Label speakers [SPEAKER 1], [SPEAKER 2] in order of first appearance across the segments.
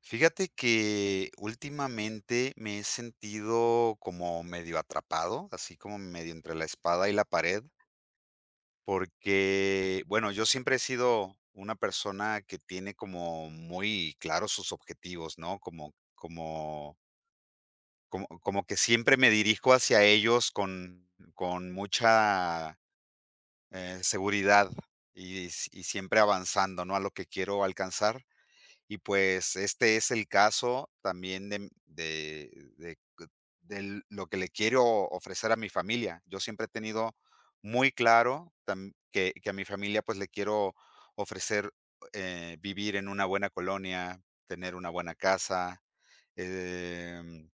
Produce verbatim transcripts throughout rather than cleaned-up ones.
[SPEAKER 1] Fíjate que últimamente me he sentido como medio atrapado, así como medio entre la espada y la pared, porque, bueno, yo siempre he sido una persona que tiene como muy claros sus objetivos, ¿no? Como, como, como, como que siempre me dirijo hacia ellos con, con mucha eh, seguridad y, s- y siempre avanzando, ¿no? A lo que quiero alcanzar. Y pues este es el caso también de de de de lo que le quiero ofrecer a mi familia. Yo siempre he tenido muy claro tam que que a mi familia, pues, le quiero ofrecer, eh, vivir en una buena colonia, tener una buena casa, em,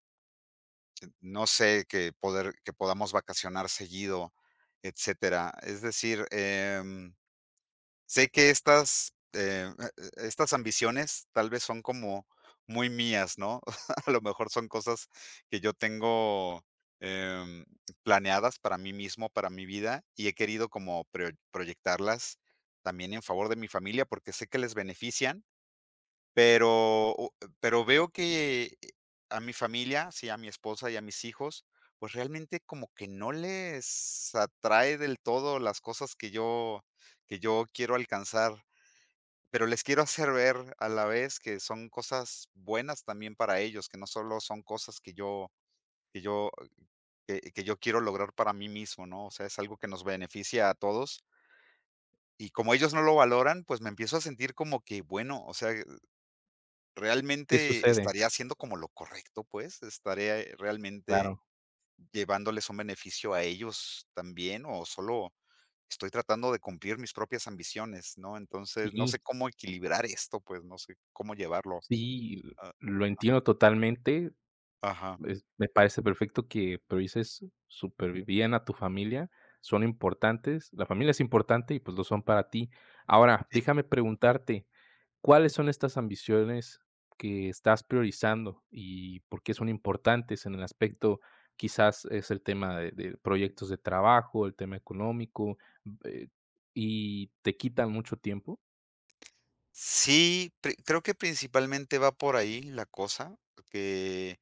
[SPEAKER 1] no sé, que poder que podamos vacacionar seguido, etcétera. Es decir, em sé que estas, eh, e e- estas ambiciones tal vez son como muy mías, ¿no? A lo mejor son cosas que yo tengo, em, planeadas para mí mismo, para mi vida, y he querido como pro proyectarlas también en favor de mi familia, porque sé que les benefician, pero o pero veo que a mi familia, sí, a mi esposa y a mis hijos, pues, realmente como que no les atrae del todo las cosas que yo que yo quiero alcanzar. Pero les quiero hacer ver a la vez que son cosas buenas también para ellos, que no solo son cosas que yo que yo que que yo quiero lograr para mí mismo, ¿no? O sea, es algo que nos beneficia a todos. Y como ellos no lo valoran, pues me empiezo a sentir como que, bueno, o sea,
[SPEAKER 2] ¿Qué
[SPEAKER 1] realmente
[SPEAKER 2] sucede?
[SPEAKER 1] estaría haciendo como lo correcto, pues, estaré realmente
[SPEAKER 2] Claro,
[SPEAKER 1] llevándoles un beneficio a ellos también, o solo estoy tratando de cumplir mis propias ambiciones, ¿no? Entonces, no sé
[SPEAKER 2] sí,
[SPEAKER 1] cómo equilibrar esto, pues, no sé cómo llevarlo.
[SPEAKER 2] sí,
[SPEAKER 1] A
[SPEAKER 2] lo entiendo totalmente.
[SPEAKER 1] ajá,
[SPEAKER 2] Es me parece perfecto que priorices súper bien a tu familia, son importantes, la familia es importante y, pues, lo son para ti. Ahora,
[SPEAKER 1] sí.
[SPEAKER 2] déjame preguntarte, ¿cuáles son estas ambiciones que estás priorizando y por qué son importantes en el aspecto? Quizás es el tema de de proyectos de trabajo, el tema económico, eh, ¿y te quitan mucho tiempo?
[SPEAKER 1] Sí, pri creo que principalmente va por ahí la cosa, porque,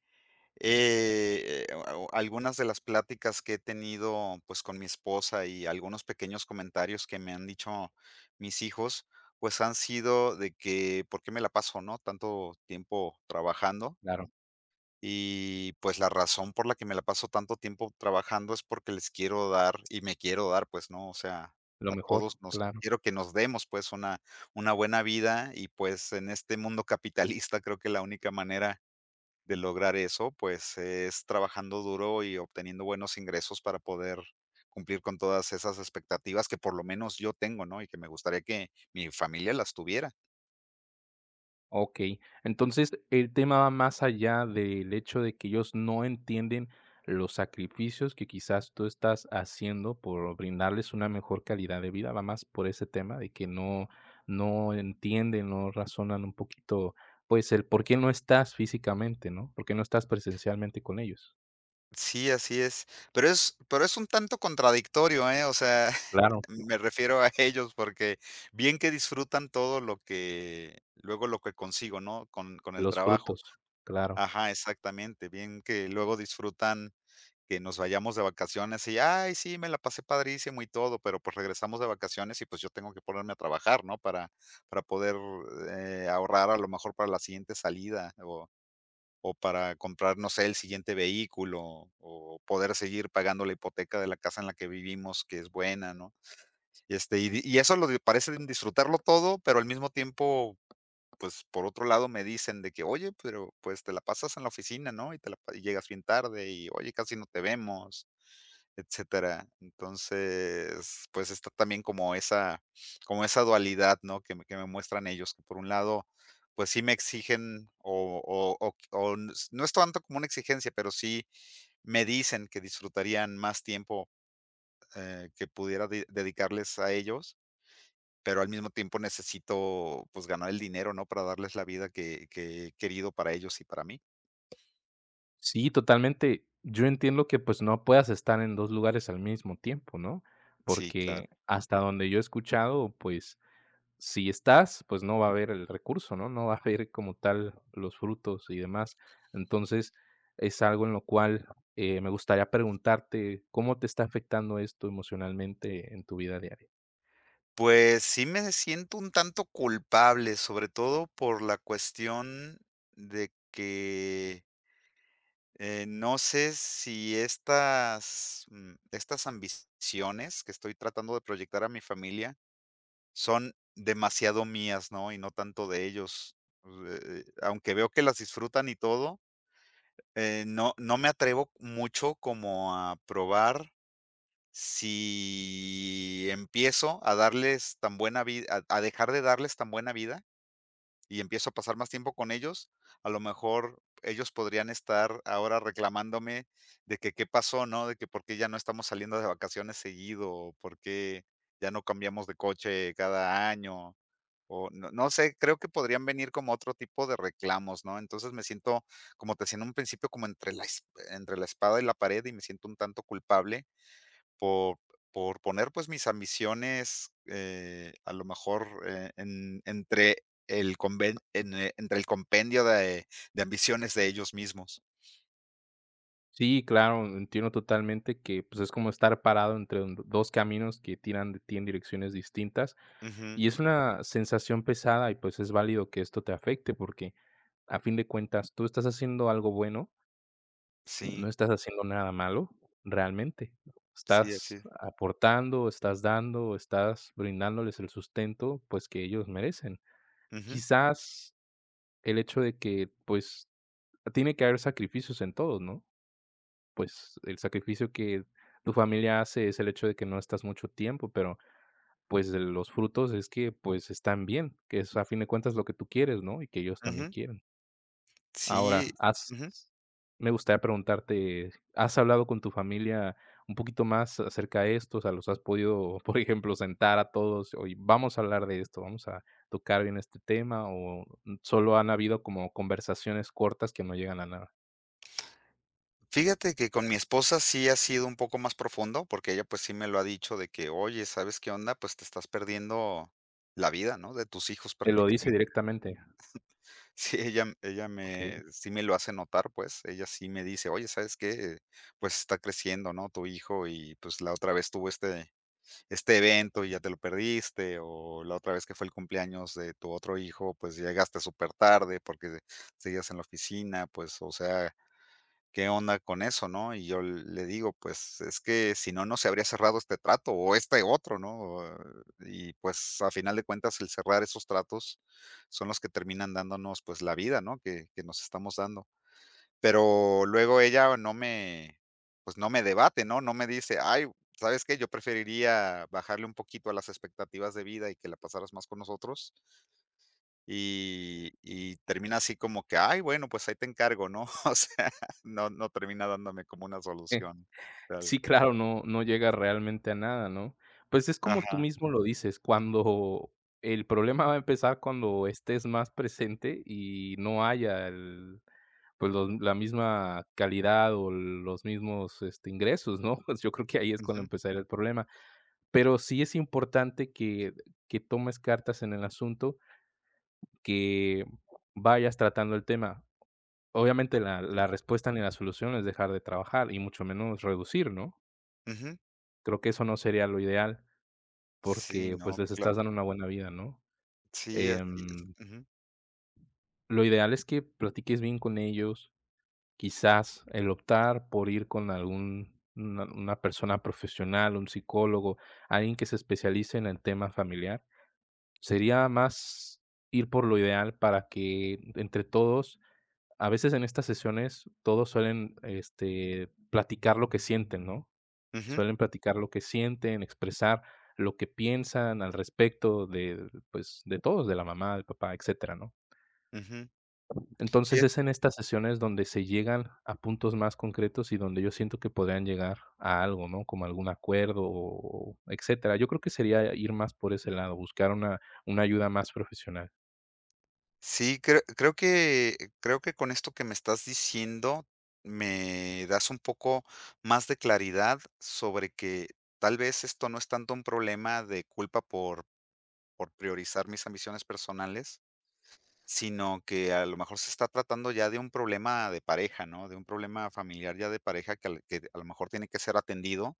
[SPEAKER 1] eh, a- o algunas de las pláticas que he tenido, pues, con mi esposa y algunos pequeños comentarios que me han dicho mis hijos, pues, han sido de que: "¿Por qué me la paso, no, tanto tiempo trabajando?".
[SPEAKER 2] Claro,
[SPEAKER 1] Y, pues, la razón por la que me la paso tanto tiempo trabajando es porque les quiero dar y me quiero dar, pues, ¿no? O sea,
[SPEAKER 2] lo
[SPEAKER 1] a
[SPEAKER 2] mejor,
[SPEAKER 1] todos nos
[SPEAKER 2] claro.
[SPEAKER 1] quiero que nos demos, pues, una una buena vida y, pues, en este mundo capitalista creo que la única manera de lograr eso, pues, es trabajando duro y obteniendo buenos ingresos para poder cumplir con todas esas expectativas que por lo menos yo tengo, ¿no? Y que me gustaría que mi familia las tuviera.
[SPEAKER 2] Okey. Entonces, el tema va más allá del hecho de que ellos no entienden los sacrificios que quizás tú estás haciendo por brindarles una mejor calidad de vida, va más por ese tema de que no no entienden, no razonan un poquito, pues, el por qué no estás físicamente, ¿no? Por qué no estás presencialmente con ellos.
[SPEAKER 1] Sí, así es. Pero es pero es un tanto contradictorio, ¿eh? O sea,
[SPEAKER 2] Claro,
[SPEAKER 1] me refiero a ellos porque bien que disfrutan todo lo que luego lo que consigo, ¿no? Con con el
[SPEAKER 2] los
[SPEAKER 1] trabajo.
[SPEAKER 2] frutos, claro.
[SPEAKER 1] Ajá, exactamente. Bien que luego disfrutan que nos vayamos de vacaciones y, ay, sí, me la pasé padrísimo y todo, pero pues regresamos de vacaciones y pues yo tengo que ponerme a trabajar, ¿no? Para para poder, eh, ahorrar a lo mejor para la siguiente salida o o para comprar, no sé, el siguiente vehículo, o poder seguir pagando la hipoteca de la casa en la que vivimos, que es buena, ¿no? Y, Este, y di y eso lo di parece disfrutarlo todo, pero al mismo tiempo, pues, por otro lado me dicen de que: "Oye, pero, pues, te la pasas en la oficina, ¿no? Y te la pa Y llegas bien tarde, y oye, casi no te vemos", etcétera. Entonces, pues, está también como esa como esa dualidad, ¿no? Que me que me muestran ellos, que por un lado, pues, sí me exigen o o o q o n- s no es tanto como una exigencia, pero sí me dicen que disfrutarían más tiempo, eh, que pudiera de dedicarles a ellos pero al mismo tiempo necesito, pues, ganar el dinero, ¿no? Para darles la vida que que he querido para ellos y para mí.
[SPEAKER 2] Sí, totalmente. Yo entiendo que, pues, no puedas estar en dos lugares al mismo tiempo, ¿no?
[SPEAKER 1] Sí, claro.
[SPEAKER 2] Porque hasta donde yo he escuchado, pues, si estás, pues, no va a haber el recurso, ¿no? No va a haber como tal los frutos y demás. Entonces, es algo en lo cual, eh, me gustaría preguntarte, ¿cómo te está afectando esto emocionalmente en tu vida diaria?
[SPEAKER 1] Pues sí me siento un tanto culpable, sobre todo por la cuestión de que, eh, no sé si estas, mm, estas ambiciones que estoy tratando de proyectar a mi familia son demasiado mías, ¿no? Y no tanto de ellos. Eh, eh, aunque veo que las disfrutan y todo, Eh, no, no me atrevo mucho como a probar si empiezo a darles tan buena vida, a a dejar de darles tan buena vida y empiezo a pasar más tiempo con ellos, a lo mejor ellos podrían estar ahora reclamándome de que qué pasó, ¿no? De que por qué ya no estamos saliendo de vacaciones seguido, o por qué ya no cambiamos de coche cada año, o no, no sé, creo que podrían venir como otro tipo de reclamos, ¿no? Entonces me siento, como te decía en un principio, como entre la, es- entre la espada y la pared y me siento un tanto culpable por por poner, pues, mis ambiciones, eh, a lo mejor, eh, en entre el conven en, eh, entre el compendio de de ambiciones de ellos mismos.
[SPEAKER 2] Sí, claro, entiendo totalmente que, pues, es como estar parado entre un- dos caminos que tiran de ti en direcciones distintas.
[SPEAKER 1] Ujú.
[SPEAKER 2] Y es una sensación pesada y pues es válido que esto te afecte porque a fin de cuentas tú estás haciendo algo bueno, no
[SPEAKER 1] Sí,
[SPEAKER 2] estás haciendo nada malo realmente.
[SPEAKER 1] sí,
[SPEAKER 2] Estás
[SPEAKER 1] así es.
[SPEAKER 2] aportando, estás dando, estás brindándoles el sustento pues que ellos merecen.
[SPEAKER 1] Ujú,
[SPEAKER 2] Quizás el hecho de que pues tiene que haber sacrificios en todos, ¿no? Pues el sacrificio que tu familia hace es el hecho de que no estás mucho tiempo, pero pues, de los frutos es que, pues, están bien, que es a fin de cuentas lo que tú quieres, ¿no? Y que ellos también
[SPEAKER 1] ujú.
[SPEAKER 2] quieren.
[SPEAKER 1] Sí,
[SPEAKER 2] Ahora, has
[SPEAKER 1] ujú.
[SPEAKER 2] me gustaría preguntarte, ¿has hablado con tu familia un poquito más acerca de esto? O sea, ¿los has podido, por ejemplo, sentar a todos? Oye, vamos a hablar de esto, vamos a tocar bien este tema, o solo han habido como conversaciones cortas que no llegan a nada.
[SPEAKER 1] Fíjate que con mi esposa sí ha sido un poco más profundo, porque ella, pues, sí me lo ha dicho de que: "Oye, ¿sabes qué onda? Pues, te estás perdiendo la vida, ¿no?, de tus hijos
[SPEAKER 2] ¿Te lo dice
[SPEAKER 1] prácticamente".
[SPEAKER 2] directamente?
[SPEAKER 1] Sí, ella m- ella
[SPEAKER 2] Okey.
[SPEAKER 1] me sí me lo hace notar, pues, ella sí me dice: "Oye, ¿sabes qué? Pues, está creciendo, ¿no? Tu hijo y, pues, la otra vez tuvo este este evento y ya te lo perdiste, o la otra vez que fue el cumpleaños de tu otro hijo, pues, llegaste súper tarde porque seguías en la oficina, pues, o sea, ¿qué onda con eso, no? Y yo le digo, pues es que si no, no se habría cerrado este trato o este otro, ¿no? O, Y pues a final de cuentas el cerrar esos tratos son los que terminan dándonos pues la vida, ¿no? Que, que nos estamos dando. Pero luego ella no me, pues no me debate, ¿no? No me dice, ay, ¿sabes qué? Yo preferiría bajarle un poquito a las expectativas de vida y que la pasaras más con nosotros y y termina así como que: "Ay, bueno, pues ahí te encargo", ¿no? O sea, no no termina dándome como una solución real.
[SPEAKER 2] Sí, claro, no no llega realmente a nada, ¿no? Pues, es como tú
[SPEAKER 1] Ajá.
[SPEAKER 2] mismo lo dices, cuando el problema va a empezar cuando estés más presente y no haya el pues, los la misma calidad o los mismos, este, ingresos, ¿no? Pues, yo creo que ahí es cuando
[SPEAKER 1] Ujú.
[SPEAKER 2] empezaría el problema. Pero sí es importante que que tomes cartas en el asunto, que vayas tratando el tema. Obviamente, la
[SPEAKER 1] Sí.
[SPEAKER 2] la respuesta ni la solución es dejar de trabajar y mucho menos reducir, ¿no?
[SPEAKER 1] Ujú.
[SPEAKER 2] Creo que eso no sería lo ideal,
[SPEAKER 1] Sí,
[SPEAKER 2] porque, pues,
[SPEAKER 1] no,
[SPEAKER 2] les
[SPEAKER 1] cla
[SPEAKER 2] estás dando una buena vida, ¿no?
[SPEAKER 1] sí, así
[SPEAKER 2] Em,
[SPEAKER 1] es. Ujú.
[SPEAKER 2] lo ideal es que platiques bien con ellos, quizás el optar por ir con algún una una persona profesional, un psicólogo, alguien que se especialice en el tema familiar, sería más ir por lo ideal para que entre todos, a veces en estas sesiones todos suelen, este, platicar lo que sienten, ¿no?
[SPEAKER 1] Ujú.
[SPEAKER 2] Suelen platicar lo que sienten, expresar lo que piensan al respecto de, pues, de todos, de la mamá, del papá, etcétera, ¿no?
[SPEAKER 1] Ujú.
[SPEAKER 2] Entonces,
[SPEAKER 1] Fíja
[SPEAKER 2] es en estas sesiones donde se llegan a puntos más concretos y donde yo siento que podrían llegar a algo, ¿no? Como algún acuerdo o etcétera. Yo creo que sería ir más por ese lado, buscar una una ayuda más profesional.
[SPEAKER 1] sí, creo creo que creo que con esto que me estás diciendo, me das un poco más de claridad sobre que tal vez esto no es tanto un problema de culpa por por priorizar mis ambiciones personales, sino que a lo mejor se está tratando ya de un problema de pareja, ¿no? De un problema familiar ya de pareja que, al- que a lo mejor tiene que ser atendido.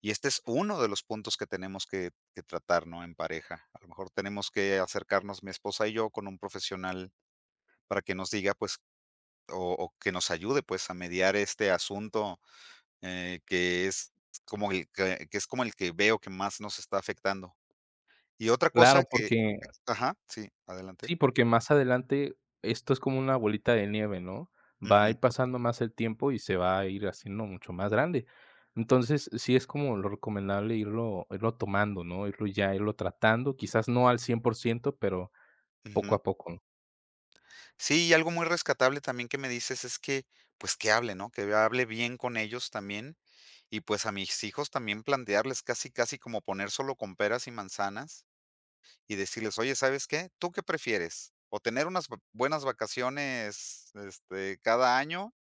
[SPEAKER 1] Y este es uno de los puntos que tenemos que, que tratar, ¿no? En pareja. A lo mejor tenemos que acercarnos mi esposa y yo con un profesional para que nos diga, pues, o, o que nos ayude, pues, a mediar este asunto, eh, que es como el que, que es como el que veo que más nos está afectando. Y otra cosa
[SPEAKER 2] Claro,
[SPEAKER 1] que,
[SPEAKER 2] porque
[SPEAKER 1] ajá, sí, adelante.
[SPEAKER 2] sí, porque más adelante esto es como una bolita de nieve, ¿no? Va a
[SPEAKER 1] Ujú,
[SPEAKER 2] ir pasando más el tiempo y se va a ir haciendo mucho más grande. Entonces, sí es como lo recomendable irlo irlo tomando, ¿no? Irlo ya irlo tratando, quizás no al cien por ciento, pero poco
[SPEAKER 1] ujú.
[SPEAKER 2] a poco.
[SPEAKER 1] Sí, y algo muy rescatable también que me dices es que, pues, que hable, ¿no? Que hable bien con ellos también. Y, pues, a mis hijos también plantearles casi, casi como poner solo con peras y manzanas, y decirles: "Oye, ¿sabes qué? ¿Tú qué prefieres? ¿O tener unas b buenas vacaciones, este, cada año,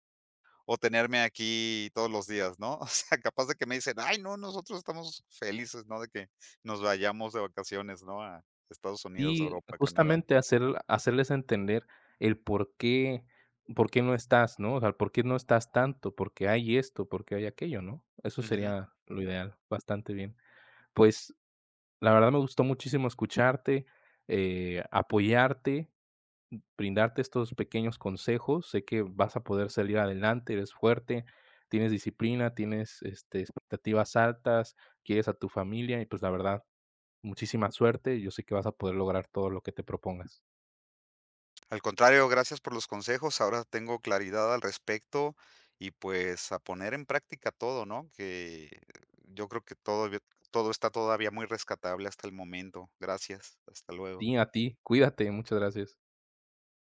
[SPEAKER 1] o tenerme aquí todos los días?", ¿no? O sea, capaz de que me dicen: "Ay, no, nosotros estamos felices, ¿no? De que nos vayamos de vacaciones, ¿no? A Estados Unidos,
[SPEAKER 2] Y
[SPEAKER 1] Europa, Canadá".
[SPEAKER 2] justamente hacer hacerles entender el por qué por qué no estás, ¿no? O sea, por qué no estás tanto, por qué hay esto, por qué hay aquello, ¿no? Eso
[SPEAKER 1] Ujú.
[SPEAKER 2] sería lo ideal, bastante bien. Pues la verdad me gustó muchísimo escucharte, eh, apoyarte, brindarte estos pequeños consejos. Sé que vas a poder salir adelante, eres fuerte, tienes disciplina, tienes, este, expectativas altas, quieres a tu familia y, pues, la verdad, muchísima suerte. Yo sé que vas a poder lograr todo lo que te propongas.
[SPEAKER 1] Al contrario, gracias por los consejos. Ahora tengo claridad al respecto y pues a poner en práctica todo, ¿no? Que yo creo que todo, todo está todavía muy rescatable hasta el momento. Gracias. Hasta luego.
[SPEAKER 2] Sí, a ti, cuídate, muchas gracias.